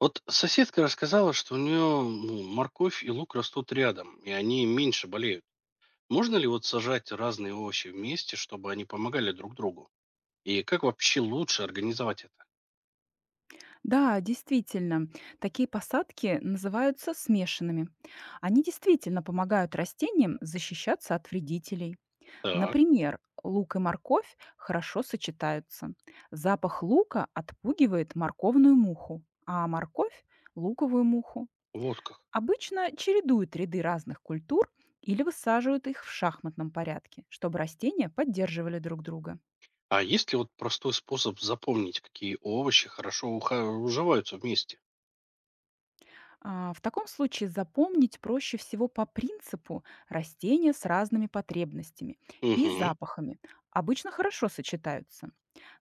Вот соседка рассказала, что у нее морковь и лук растут рядом, и они меньше болеют. Можно ли вот сажать разные овощи вместе, чтобы они помогали друг другу? И как вообще лучше организовать это? Да, действительно, такие посадки называются смешанными. Они действительно помогают растениям защищаться от вредителей. Так, Например, лук и морковь хорошо сочетаются. Запах лука отпугивает морковную муху, а морковь — луковую муху. вот как. Обычно чередуют ряды разных культур или высаживают их в шахматном порядке, чтобы растения поддерживали друг друга. А есть ли вот простой способ запомнить, какие овощи хорошо уживаются вместе? А, в таком случае запомнить проще всего по принципу: растения с разными потребностями и Угу, запахами обычно хорошо сочетаются.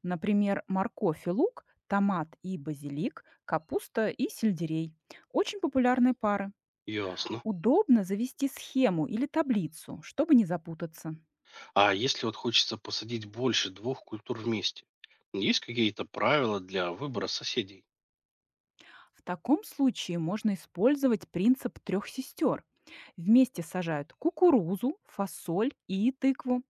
Например, морковь и лук, томат и базилик, капуста и сельдерей. Очень популярные пары. ясно. Удобно завести схему или таблицу, чтобы не запутаться. А если вот хочется посадить больше двух культур вместе? Есть какие-то правила для выбора соседей? В таком случае можно использовать принцип трех сестер. Вместе сажают кукурузу, фасоль и тыкву.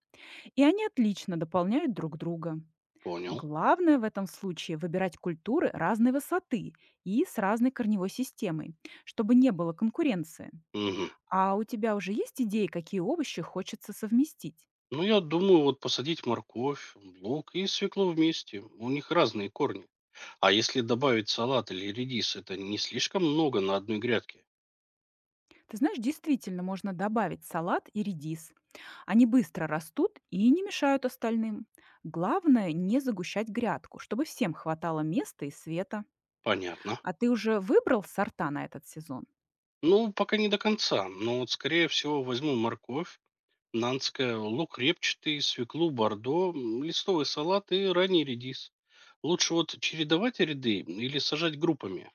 И они отлично дополняют друг друга. Понял. Главное в этом случае выбирать культуры разной высоты и с разной корневой системой, чтобы не было конкуренции. Мгм. А у тебя уже есть идеи, какие овощи хочется совместить? Ну, я думаю, вот посадить морковь, лук и свеклу вместе. У них разные корни. А если добавить салат или редис, это не слишком много на одной грядке? Ты знаешь, действительно можно добавить салат и редис. Они быстро растут и не мешают остальным. Главное не загущать грядку, чтобы всем хватало места и света. Понятно. А ты уже выбрал сорта на этот сезон? Ну, пока не до конца, но вот скорее всего возьму морковь, нанская, лук репчатый, свеклу бордо, листовый салат и ранний редис. Лучше вот чередовать ряды или сажать группами.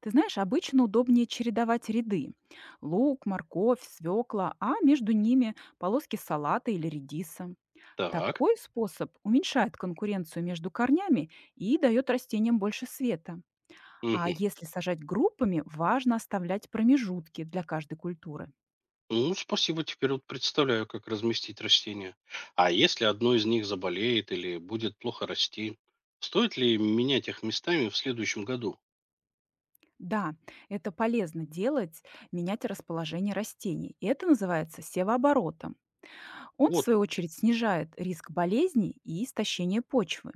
Ты знаешь, обычно удобнее чередовать ряды. Лук, морковь, свекла, а между ними полоски салата или редиса. Так. Такой способ уменьшает конкуренцию между корнями и дает растениям больше света. А если сажать группами, важно оставлять промежутки для каждой культуры. Ну, спасибо, теперь вот представляю, как разместить растения. А если одно из них заболеет или будет плохо расти, стоит ли менять их местами в следующем году? Да, это полезно делать, менять расположение растений. И это называется севооборотом. Он, в Вот. свою очередь, снижает риск болезней и истощения почвы.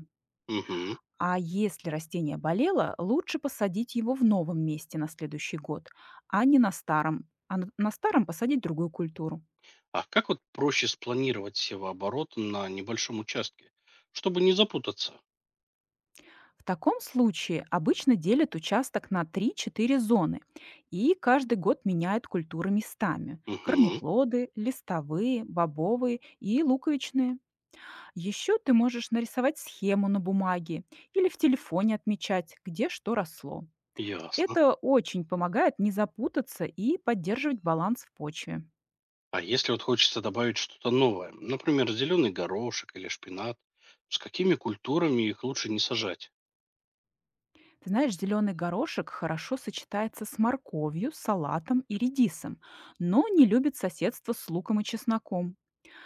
Мгм. А если растение болело, лучше посадить его в новом месте на следующий год, а не на старом. А на старом посадить другую культуру. А как вот проще спланировать севооборот на небольшом участке, чтобы не запутаться? В таком случае обычно делят участок на три-четыре зоны и каждый год меняют культуры местами: Угу. корнеплоды, листовые, бобовые и луковичные. Еще ты можешь нарисовать схему на бумаге или в телефоне отмечать, где что росло. Ясно. Это очень помогает не запутаться и поддерживать баланс в почве. А если вот хочется добавить что-то новое, например, зеленый горошек или шпинат, с какими культурами их лучше не сажать? Ты знаешь, зеленый горошек хорошо сочетается с морковью, салатом и редисом, но не любит соседство с луком и чесноком.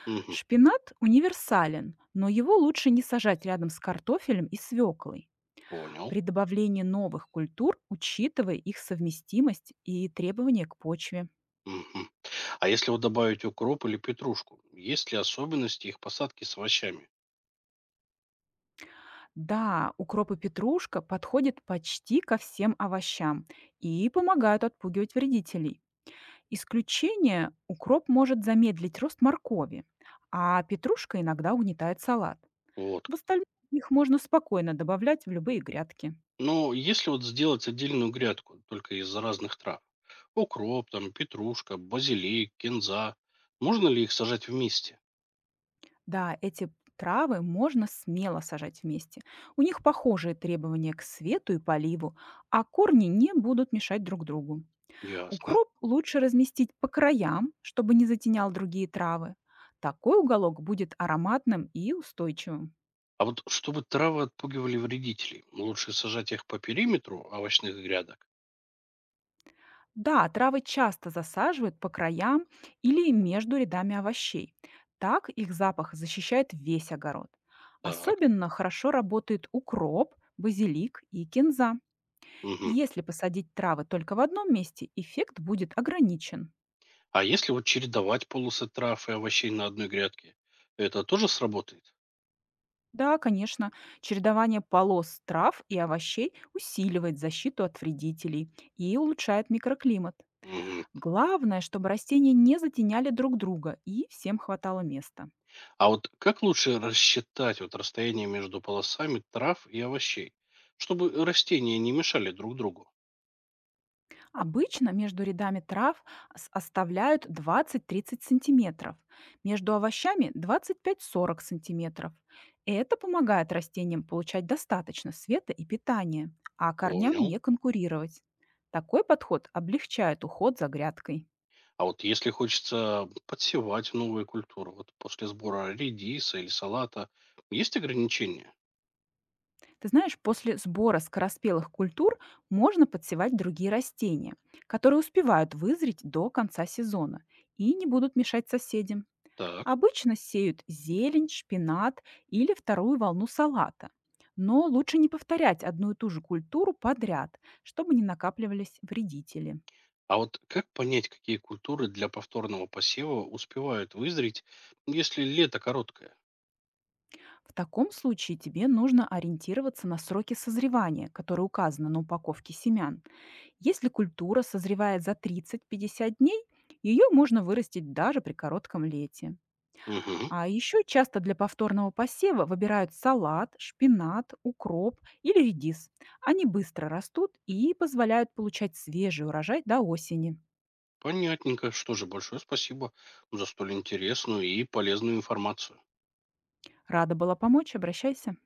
Угу. Шпинат универсален, но его лучше не сажать рядом с картофелем и свеклой. Понял. При добавлении новых культур учитывая их совместимость и требования к почве. Мгм. А если вот добавить укроп или петрушку, есть ли особенности их посадки с овощами? Да, укроп и петрушка подходят почти ко всем овощам и помогают отпугивать вредителей. Исключение — укроп может замедлить рост моркови, а петрушка иногда угнетает салат. Вот В как. остальном их можно спокойно добавлять в любые грядки. Ну, если вот сделать отдельную грядку только из разных трав, укроп, там, петрушка, базилик, кинза, можно ли их сажать вместе? Да, эти травы можно смело сажать вместе. У них похожие требования к свету и поливу, а корни не будут мешать друг другу. Ясно. Укроп лучше разместить по краям, чтобы не затенял другие травы. Такой уголок будет ароматным и устойчивым. А вот чтобы травы отпугивали вредителей, лучше сажать их по периметру овощных грядок. Да, травы часто засаживают по краям или между рядами овощей. Так их запах защищает весь огород. Так. Особенно хорошо работает укроп, базилик и кинза. Мгм. Если посадить травы только в одном месте, эффект будет ограничен. А если вот чередовать полосы трав и овощей на одной грядке, это тоже сработает? Да, конечно, чередование полос трав и овощей усиливает защиту от вредителей и улучшает микроклимат. Главное, чтобы растения не затеняли друг друга и всем хватало места. А вот как лучше рассчитать вот расстояние между полосами трав и овощей, чтобы растения не мешали друг другу? Обычно между рядами трав оставляют 20-30 сантиметров, между овощами 25-40 сантиметров. Это помогает растениям получать достаточно света и питания, а корням Понял. не конкурировать. Такой подход облегчает уход за грядкой. А вот если хочется подсевать новые культуры, вот после сбора редиса или салата, есть ограничения? Ты знаешь, после сбора скороспелых культур можно подсевать другие растения, которые успевают вызреть до конца сезона и не будут мешать соседям. Так. Обычно сеют зелень, шпинат или вторую волну салата. Но лучше не повторять одну и ту же культуру подряд, чтобы не накапливались вредители. А вот как понять, какие культуры для повторного посева успевают вызреть, если лето короткое? В таком случае тебе нужно ориентироваться на сроки созревания, которые указаны на упаковке семян. Если культура созревает за 30-50 дней, ее можно вырастить даже при коротком лете. Угу. А еще часто для повторного посева выбирают салат, шпинат, укроп или редис. Они быстро растут и позволяют получать свежий урожай до осени. Понятненько. Что же, большое спасибо за столь интересную и полезную информацию. Рада была помочь, обращайся.